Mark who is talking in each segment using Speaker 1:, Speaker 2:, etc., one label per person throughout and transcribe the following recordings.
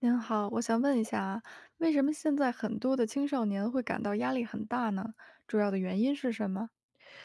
Speaker 1: 您好，我想问一下啊，为什么现在很多的青少年会感到压力很大呢？主要的原因是什么？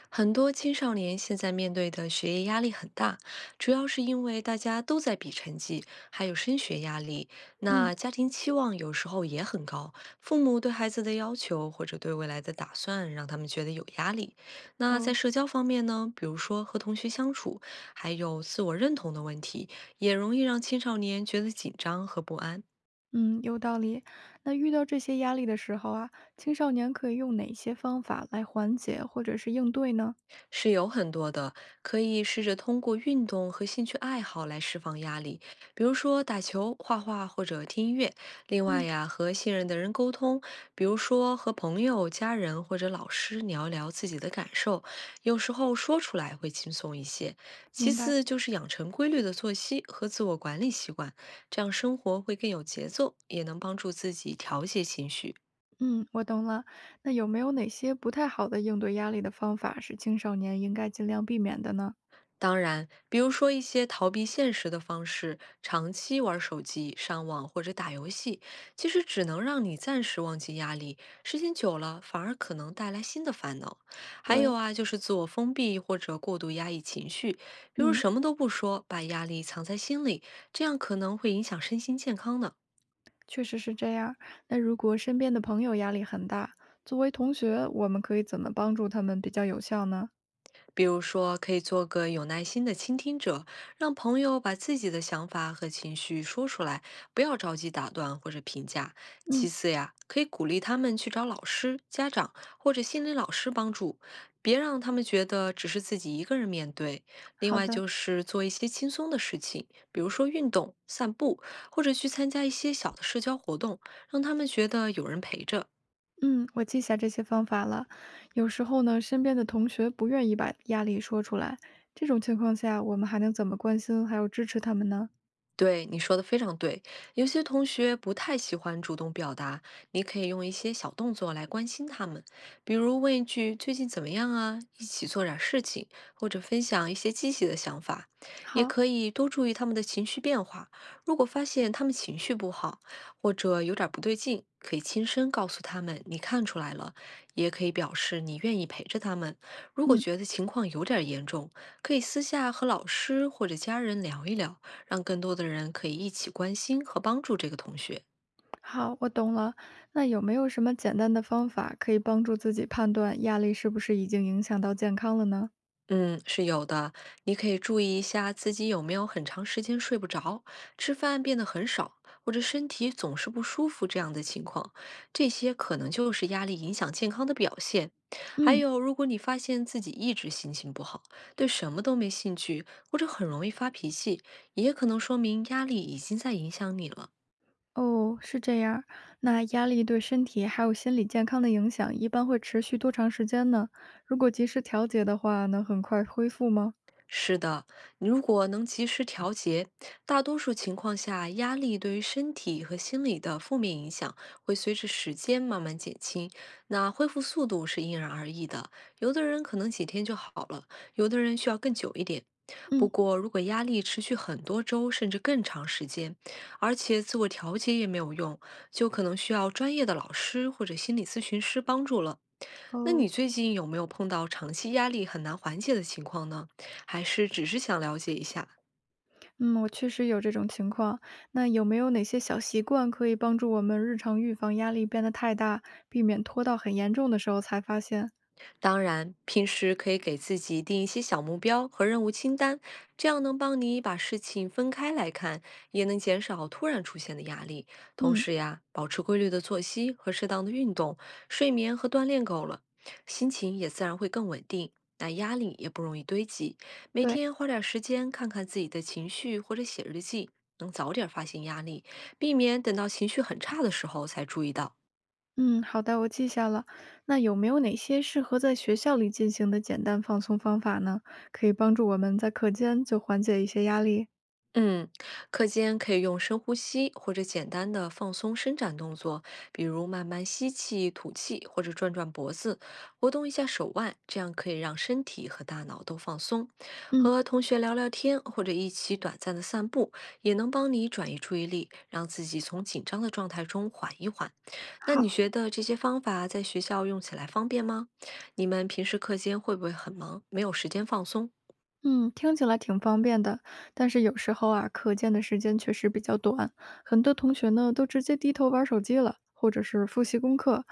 Speaker 2: 很多青少年现在面对的学业压力很大，主要是因为大家都在比成绩，还有升学压力。
Speaker 1: 嗯，
Speaker 2: 那家庭期望有时候也很高，父母对孩子的要求或者对未来的打算，让他们觉得有压力。那
Speaker 1: 哦，
Speaker 2: 在社交方面呢，比如说和同学相处，还有自我认同的问题，也容易让青少年觉得紧张和不安。
Speaker 1: 嗯，有道理。那遇到这些压力的时候啊，青少年可以用哪些方法来缓解或者是应对呢？
Speaker 2: 是有很多的，可以试着通过运动和兴趣爱好来释放压力，比如说打球、画画或者听音乐。另外
Speaker 1: 嗯，
Speaker 2: 呀，和信任的人沟通，比如说和朋友、家人或者老师聊一聊自己的感受，有时候说出来会轻松一些。其
Speaker 1: 明白。
Speaker 2: 次就是养成规律的作息和自我管理习惯，这样生活会更有节奏，也能帮助自己调节情绪。
Speaker 1: 嗯，我懂了。那有没有哪些不太好的应对压力的方法是青少年应该尽量避免的呢？
Speaker 2: 当然，比如说一些逃避现实的方式，长期玩手机、上网或者打游戏，其实只能让你暂时忘记压力，时间久了反而可能带来新的烦恼。还有
Speaker 1: 对，
Speaker 2: 啊，就是自我封闭或者过度压抑情绪，比如
Speaker 1: 嗯。
Speaker 2: 什么都不说，把压力藏在心里，这样可能会影响身心健康呢。
Speaker 1: 确实是这样。那如果身边的朋友压力很大，作为同学，我们可以怎么帮助他们比较有效呢？
Speaker 2: 比如说，可以做个有耐心的倾听者，让朋友把自己的想法和情绪说出来，不要着急打断或者评价。其
Speaker 1: 嗯，
Speaker 2: 次呀，可以鼓励他们去找老师、家长或者心理老师帮助，别让他们觉得只是自己一个人面对。另
Speaker 1: 好
Speaker 2: 外
Speaker 1: 的，
Speaker 2: 就是做一些轻松的事情，比如说运动、散步，或者去参加一些小的社交活动，让他们觉得有人陪着。
Speaker 1: 嗯，我记下这些方法了。有时候呢，身边的同学不愿意把压力说出来，这种情况下，我们还能怎么关心还有支持他们呢？
Speaker 2: 对，你说的非常对，有些同学不太喜欢主动表达，你可以用一些小动作来关心他们，比如问一句“最近怎么样啊”，一起做点事情，或者分享一些积极的想法，也
Speaker 1: 好，
Speaker 2: 可以多注意他们的情绪变化。如果发现他们情绪不好，或者有点不对劲，可以轻声告诉他们你看出来了，也可以表示你愿意陪着他们。如果
Speaker 1: 嗯，
Speaker 2: 觉得情况有点严重，可以私下和老师或者家人聊一聊。让更多的人可以一起关心和帮助这个同学。
Speaker 1: 好，我懂了。那有没有什么简单的方法可以帮助自己判断压力是不是已经影响到健康了呢？
Speaker 2: 嗯，是有的。你可以注意一下自己有没有很长时间睡不着，吃饭变得很少，或者身体总是不舒服这样的情况，这些可能就是压力影响健康的表现。还
Speaker 1: 嗯。
Speaker 2: 有，如果你发现自己一直心情不好，对什么都没兴趣，或者很容易发脾气，也可能说明压力已经在影响你了。
Speaker 1: 哦，是这样儿。那压力对身体还有心理健康的影响，一般会持续多长时间呢？如果及时调节的话，能很快恢复吗？
Speaker 2: 是的，你如果能及时调节，大多数情况下，压力对于身体和心理的负面影响会随着时间慢慢减轻。那恢复速度是因人而异的，有的人可能几天就好了，有的人需要更久一点。不
Speaker 1: 嗯，
Speaker 2: 过，如果压力持续很多周甚至更长时间，而且自我调节也没有用，就可能需要专业的老师或者心理咨询师帮助了。那你
Speaker 1: 哦，
Speaker 2: 最近有没有碰到长期压力很难缓解的情况呢？还是只是想了解一下？
Speaker 1: 嗯，我确实有这种情况。那有没有哪些小习惯可以帮助我们日常预防压力变得太大，避免拖到很严重的时候才发现？
Speaker 2: 当然，平时可以给自己定一些小目标和任务清单，这样能帮你把事情分开来看，也能减少突然出现的压力。同
Speaker 1: 嗯，
Speaker 2: 时呀，保持规律的作息和适当的运动，睡眠和锻炼够了，心情也自然会更稳定，那压力也不容易堆积。每
Speaker 1: 对，
Speaker 2: 天花点时间看看自己的情绪或者写日记，能早点发现压力，避免等到情绪很差的时候才注意到。
Speaker 1: 嗯，好的，我记下了。那有没有哪些适合在学校里进行的简单放松方法呢？可以帮助我们在课间就缓解一些压力。
Speaker 2: 嗯，课间可以用深呼吸或者简单的放松伸展动作，比如慢慢吸气、吐气，或者转转脖子，活动一下手腕，这样可以让身体和大脑都放松。
Speaker 1: 嗯。
Speaker 2: 和同学聊聊天，或者一起短暂的散步，也能帮你转移注意力，让自己从紧张的状态中缓一缓。那你
Speaker 1: 好，
Speaker 2: 觉得这些方法在学校用起来方便吗？你们平时课间会不会很忙，没有时间放松？
Speaker 1: 嗯，听起来挺方便的，但是有时候啊，课间的时间确实比较短，很多同学呢都直接低头玩手机了，或者是复习功课。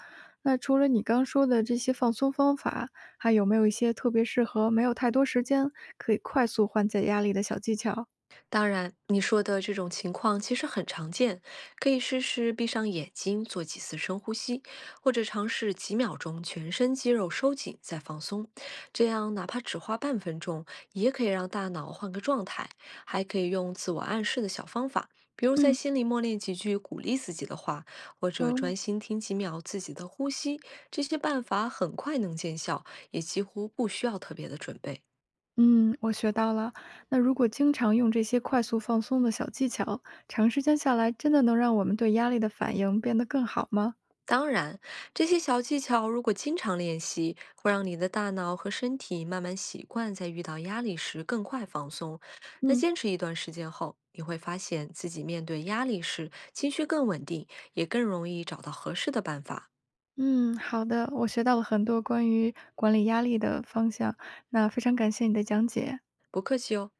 Speaker 1: 那除了你刚说的这些放松方法，还有没有一些特别适合没有太多时间，可以快速缓解压力的小技巧？
Speaker 2: 当然，你说的这种情况其实很常见，可以试试闭上眼睛做几次深呼吸，或者尝试几秒钟全身肌肉收紧再放松。这样哪怕只花半分钟，也可以让大脑换个状态。还可以用自我暗示的小方法，比如在
Speaker 1: 嗯，
Speaker 2: 心里默念几句鼓励自己的话，或者
Speaker 1: 哦，
Speaker 2: 专心听几秒自己的呼吸。这些办法很快能见效，也几乎不需要特别的准备。
Speaker 1: 嗯，我学到了。那如果经常用这些快速放松的小技巧，长时间下来，真的能让我们对压力的反应变得更好吗？
Speaker 2: 当然，这些小技巧如果经常练习，会让你的大脑和身体慢慢习惯在遇到压力时更快放松。那
Speaker 1: 嗯。
Speaker 2: 坚持一段时间后，你会发现自己面对压力时情绪更稳定，也更容易找到合适的办法。
Speaker 1: 嗯，好的，我学到了很多关于管理压力的方向，那非常感谢你的讲解。
Speaker 2: 不客气哦。